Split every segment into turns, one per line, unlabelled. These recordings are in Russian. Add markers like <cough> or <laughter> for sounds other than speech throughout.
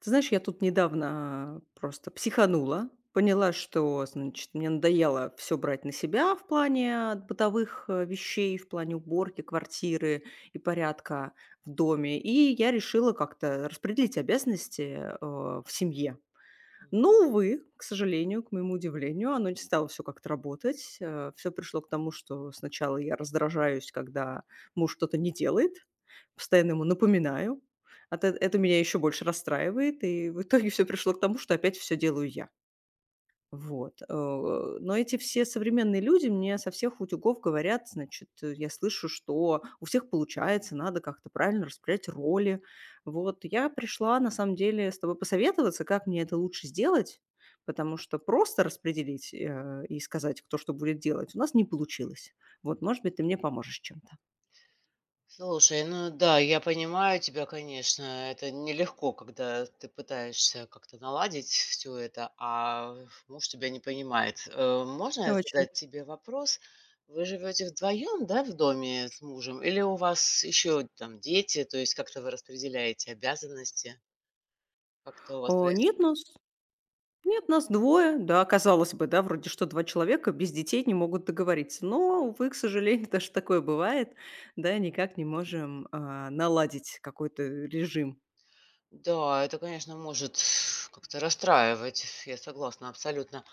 Ты знаешь, я тут недавно просто психанула, поняла, что, значит, мне надоело все брать на себя в плане бытовых, вещей, в плане уборки квартиры и порядка в доме. И я решила как-то распределить обязанности, в семье. Но, увы, к сожалению, к моему удивлению, оно не стало все как-то работать. Все пришло к тому, что сначала я раздражаюсь, когда муж что-то не делает, постоянно ему напоминаю. От эт это меня еще больше расстраивает, и в итоге все пришло к тому, что опять все делаю я. Вот, но эти все современные люди мне со всех утюгов говорят, значит, я слышу, что у всех получается, надо как-то правильно распределять роли. Вот я пришла, на самом деле, с тобой посоветоваться, как мне это лучше сделать, потому что просто распределить, и сказать, кто что будет делать, у нас не получилось. Вот, может быть, ты мне поможешь чем-то.
Слушай, ну да, я понимаю тебя, конечно. Это нелегко, когда ты пытаешься как-то наладить все это, а муж тебя не понимает. Можно
Точно.
задать тебе вопрос? Вы живете вдвоем, да, в доме с мужем? Или у вас еще там дети? То есть как-то вы распределяете обязанности? Как-то у вас
О, нет
происходит?
нас Нет, нас двое. Да, казалось бы, да, вроде что 2 человека без детей не могут договориться. Но, увы, к сожалению, <laughs> даже такое бывает. Да, никак не можем, наладить какой-то режим.
Да, это, конечно, может <sighs> как-то расстраивать. Я согласна абсолютно.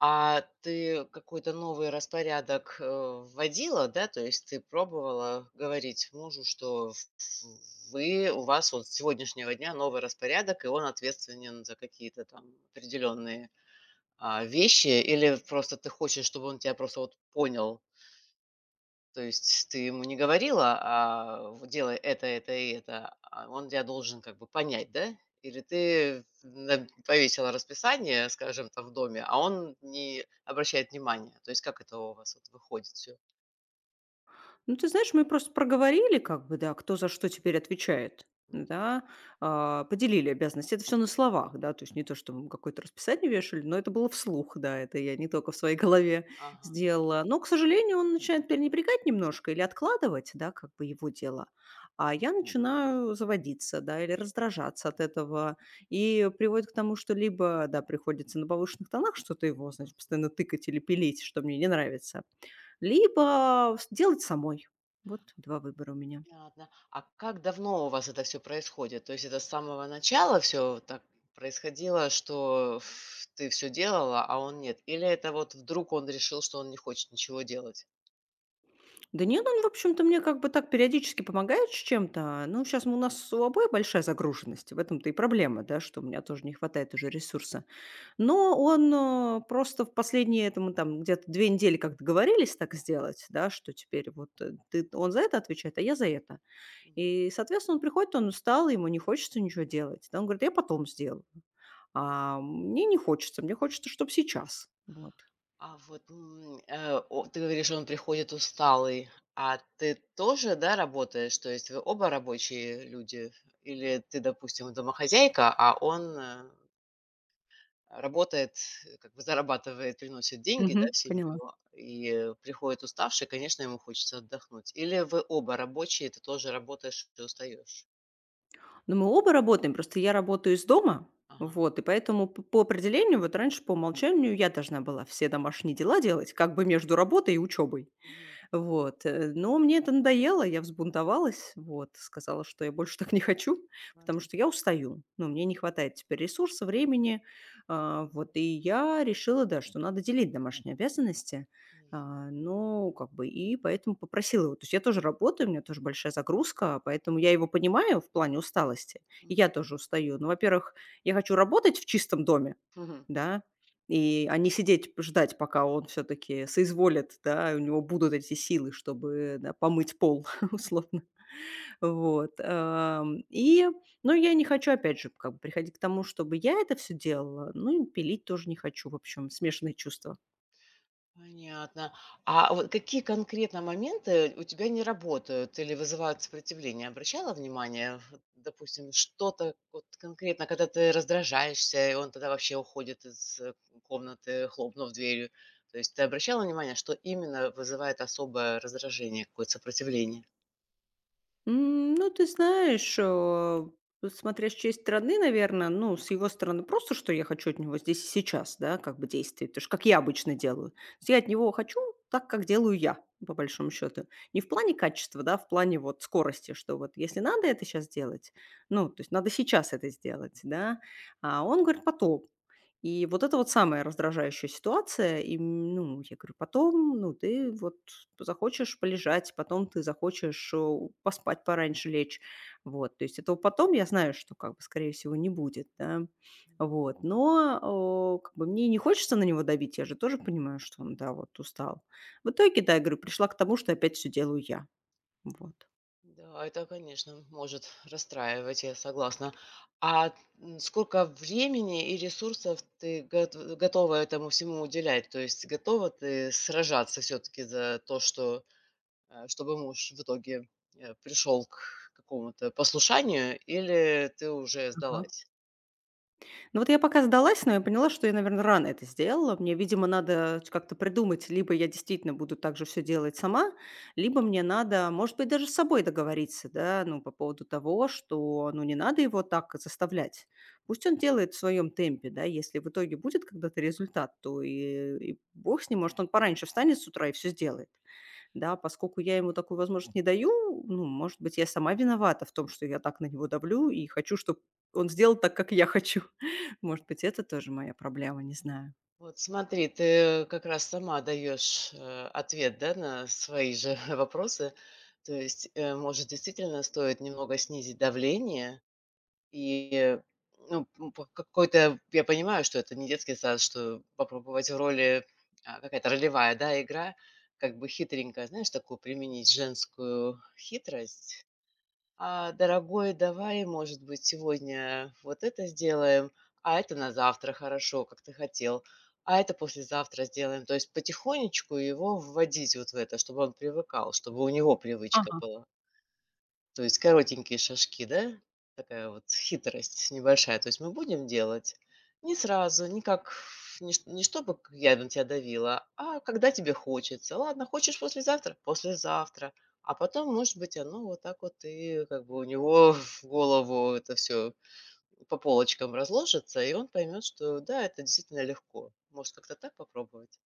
А ты какой-то новый распорядок, вводила, да? То есть ты пробовала говорить мужу, что в вы у вас вот с сегодняшнего дня новый распорядок, и он ответственен за какие-то там определенные, вещи? Или просто ты хочешь, чтобы он тебя просто вот понял? То есть ты ему не говорила, а вот делай это и это, а он тебя должен как бы понять, да? Или ты повесила расписание, скажем, там в доме, а он не обращает внимания. То есть как это у вас вот выходит все?
Ну, ты знаешь, мы просто проговорили, как бы, да, кто за что теперь отвечает, да, поделили обязанности. Это все на словах, да, то есть не то, что мы какое-то расписание вешали, но это было вслух, да, это я не только в своей <laughs> голове
Ага.
сделала. Но, к сожалению, он начинает пренебрегать немножко или откладывать, да, как бы его дело. А я начинаю заводиться, да, или раздражаться от этого. И приводит к тому, что либо, да, приходится на повышенных тонах что-то его,
м,
значит, постоянно тыкать или пилить, что мне не нравится, либо с делать самой. Вот 2 выбора у меня.
Понятно. А как давно у вас это все происходит? То есть это с самого начала все так происходило, что ты все делала, а он нет? Или это вот вдруг он решил, что он не хочет ничего делать?
Да нет, он, в общем-то, мне как бы так периодически помогает с чем-то. Ну, сейчас мы у нас у обоих большая загруженность. В этом-то и проблема, да, что у меня тоже не хватает уже ресурса. Но он, просто в последние, это мы там где-то 2 недели как договорились так сделать, да, что теперь вот, ты он за это отвечает, а я за это. И, соответственно, он приходит, он устал, ему не хочется ничего делать. Да, он говорит: "Я потом сделаю". А мне не хочется, мне хочется, чтобы сейчас. Вот.
А вот, м, э, о ты говоришь, он приходит усталый. А ты тоже, да, работаешь? То есть вы оба рабочие люди? Или ты, допустим, домохозяйка, а он, работает, как бы зарабатывает, приносит деньги, да,
Мгм.
в семью
Поняла.
и, приходит уставший, конечно, ему хочется отдохнуть. Или вы оба рабочие, ты тоже работаешь и устаешь?
Но мы оба работаем, просто я работаю из дома,
Ага.
вот, и поэтому п по определению, вот раньше по умолчанию я должна была все домашние дела делать как бы между работой и учебой.
Мгм.
Вот, но мне это надоело, я взбунтовалась, вот, сказала, что я больше <laughs> так не хочу, потому
Понятно.
что я устаю, ну, мне не хватает теперь ресурса, времени, вот, и я решила, да, что надо делить домашние обязанности,
Мгм.
ну, как бы, и поэтому попросила его. То есть я тоже работаю, у меня тоже большая загрузка, поэтому я его понимаю в плане усталости, и я тоже устаю. Ну, во-первых, я хочу работать в чистом доме,
Мгм.
да? И, а не сидеть, ждать, пока он все таки соизволит, да, и у него будут эти силы, чтобы, да, помыть пол, <laughs> условно. Вот, и, ну, я не хочу, опять же, как бы приходить к тому, чтобы я это все делала, ну, и пилить тоже не хочу. В общем, смешанные чувства.
Понятно. А вот какие конкретно моменты у тебя не работают или вызывают сопротивление? Обращала внимание, вот, допустим, что-то вот конкретно, когда ты раздражаешься, и он тогда вообще уходит из комнаты, хлопнув дверью. То есть ты обращала внимание, что именно вызывает особое раздражение, какое-то сопротивление?
Ну, ты знаешь, вот смотря с чьей стороны, наверное, ну, с его стороны просто, что я хочу от него здесь и сейчас, да, как бы действий, то есть как я обычно делаю. То есть я от него хочу так, как делаю я, по большому счету. Не в плане качества, да, а в плане вот скорости, что вот если надо это сейчас делать, ну, то есть надо сейчас это сделать, да, а он говорит: "Потом". И вот это вот самая раздражающая ситуация. И, ну, я говорю, потом, ну, ты вот захочешь полежать, потом ты захочешь поспать пораньше лечь. Вот, то есть этого потом я знаю, что как бы, скорее всего, не будет, да. Вот, как бы мне не хочется на него давить, я же тоже понимаю, что он, да, вот устал. В итоге, да, я говорю, пришла к тому, что опять все делаю я. Вот.
Да, это, конечно, может расстраивать, я согласна. А Сколько времени и ресурсов ты готова этому всему уделять? То есть готова ты сражаться все-таки за то, что, чтобы муж в итоге пришел к какому-то послушанию, или ты уже
Ага.
сдалась?
Ну вот я пока сдалась, но я поняла, что я, наверное, рано это сделала. Мне, видимо, надо как-то придумать, либо я действительно буду так же все делать сама, либо мне надо, может быть, даже с собой договориться, да, ну, по поводу того, что, ну, не надо его так заставлять. Пусть он делает в своем темпе, да, если в итоге будет когда-то результат, то и бог с ним, может, он пораньше встанет с утра и все сделает. Да, поскольку я ему такую возможность не даю, ну, может быть, я сама виновата в том, что я так на него давлю и хочу, чтобы он сделал так, как я хочу. <laughs> Может быть, это тоже моя проблема, не знаю.
Вот смотри, ты как раз сама даешь ответ, да, на свои же <laughs> вопросы. То есть, может, действительно стоит немного снизить давление, и, ну, по какой-то я понимаю, что это не детский сад, что попробовать в роли, какая-то ролевая, да, игра, как бы хитренькая, знаешь, такую применить женскую хитрость. "А, дорогой, давай, может быть, сегодня вот это сделаем, а это на завтра, хорошо, как ты хотел, а это послезавтра сделаем". То есть потихонечку его вводить вот в это, чтобы он привыкал, чтобы у него привычка была. То есть коротенькие шажки, да? Такая вот хитрость небольшая. То есть мы будем делать не сразу, не как не, не чтобы я на тебя давила, а когда тебе хочется. Ладно, хочешь послезавтра? Послезавтра. А потом, может быть, оно вот так вот и как бы у него <laughs> в голову это все по полочкам разложится, и он поймет, что да, это действительно легко. Может, как-то так попробовать?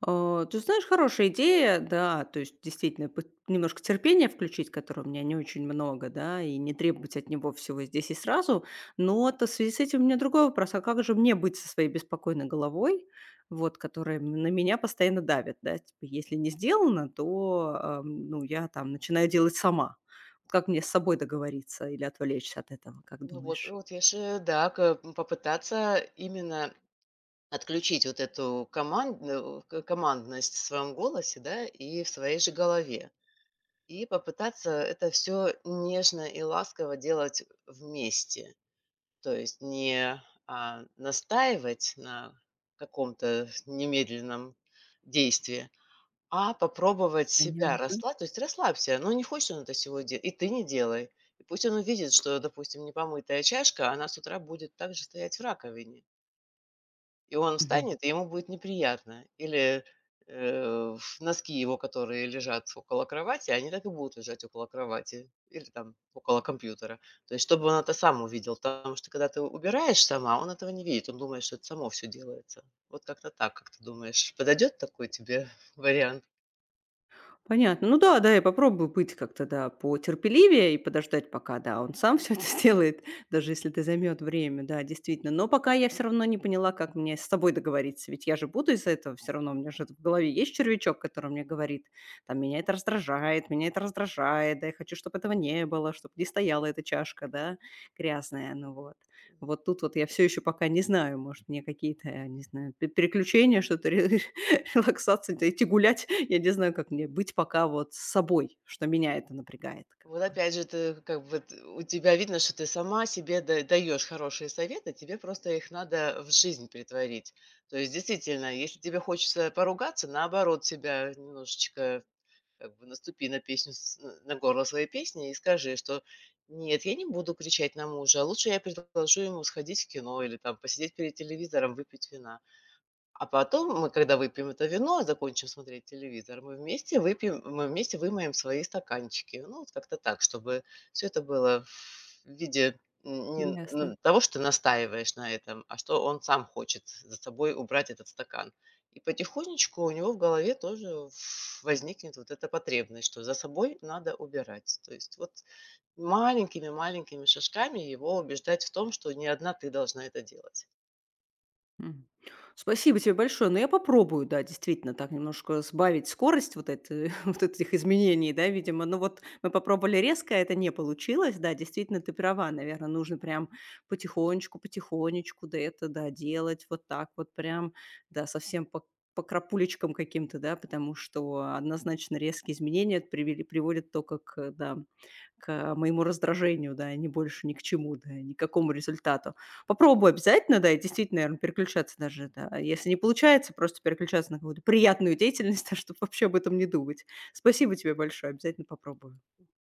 А, ты знаешь, хорошая идея, да. То есть действительно пот немножко терпения включить, которого у меня не очень много, да, и не требовать от него всего здесь и сразу. Но это в связи с этим у меня другой вопрос: а как же мне быть со своей беспокойной головой, вот, которая на меня постоянно давит, да? Типа, если не сделано, то, ну, я там начинаю делать сама. Как мне с собой договориться или отвлечься от этого, как
Ну вот,
думаешь?
вот я же, да, попытаться именно отключить вот эту команд э, к командность в своем голосе, да, и в своей же голове. И попытаться это все нежно и ласково делать вместе. То есть не, настаивать на каком-то немедленном действии, а попробовать себя
Понятно.
расслабить. То есть расслабься, но не хочет он это сегодня, и ты не делай. И пусть он увидит, что, допустим, непомытая чашка, она с утра будет также стоять в раковине. И он встанет, и ему будет неприятно. Или, в носки его, которые лежат около кровати, они так и будут лежать около кровати или там около компьютера. То есть чтобы он это сам увидел, потому что когда ты убираешь сама, он этого не видит, он думает, что это само все делается. Вот как-то так, как ты думаешь, подойдет такой тебе <laughs> вариант?
Понятно. Ну да, да, я попробую быть как-то, да, потерпеливее и подождать, пока, да, он сам все это <laughs> сделает, даже если это займет время, да, действительно. Но пока я все равно не поняла, как мне с собой договориться, ведь я же буду из-за этого все равно, у меня же в голове есть червячок, который мне говорит, там, меня это раздражает, да, я хочу, чтобы этого не было, чтобы не стояла эта чашка, да, грязная, ну вот. Вот тут вот я все еще пока не знаю, может, мне какие-то, не знаю, п переключения, что-то <laughs> <laughs> Релаксация, да идти гулять. Я не знаю, как мне быть пока вот с собой, что меня это напрягает как
Вот
бы.
опять же, ты как бы т у тебя видно, что ты сама себе даешь хорошие советы, тебе просто их надо в жизнь претворить. То есть действительно, если тебе хочется поругаться, наоборот, себя немножечко как бы наступи на песню с на горло своей песни и скажи, что: "Нет, я не буду кричать на мужа, а лучше я предложу ему сходить в кино или там посидеть перед телевизором, выпить вина". А потом мы, когда выпьем это вино, закончим смотреть телевизор, мы вместе выпьем, мы вместе вымоем свои стаканчики. Ну, вот как-то так, чтобы все это было в виде н не н
Ясно.
ну, того, что ты настаиваешь на этом, а что он сам хочет за собой убрать этот стакан. И потихонечку у него в голове тоже возникнет вот эта потребность, что за собой надо убирать. То есть вот маленькими-маленькими шажками его убеждать в том, что не одна ты должна это делать.
Мгм. Спасибо тебе большое. Ну, я попробую, да, действительно, так немножко сбавить скорость вот, это, <laughs> вот этих изменений, да, видимо. Ну, вот мы попробовали резко, а это не получилось, да, действительно, ты права, наверное, нужно прям потихонечку, потихонечку, да, это, да, делать вот так вот прям, да, совсем по крапулечкам каким-то, да, потому что однозначно резкие изменения приводят только к, да, к моему раздражению, да, не больше ни к чему, да, ни к какому результату. Попробуй обязательно, да, и действительно, наверное, переключаться даже, да. А если не получается, просто переключаться на какую-то приятную деятельность, <laughs> чтобы вообще об этом не думать. Спасибо тебе большое, обязательно попробую.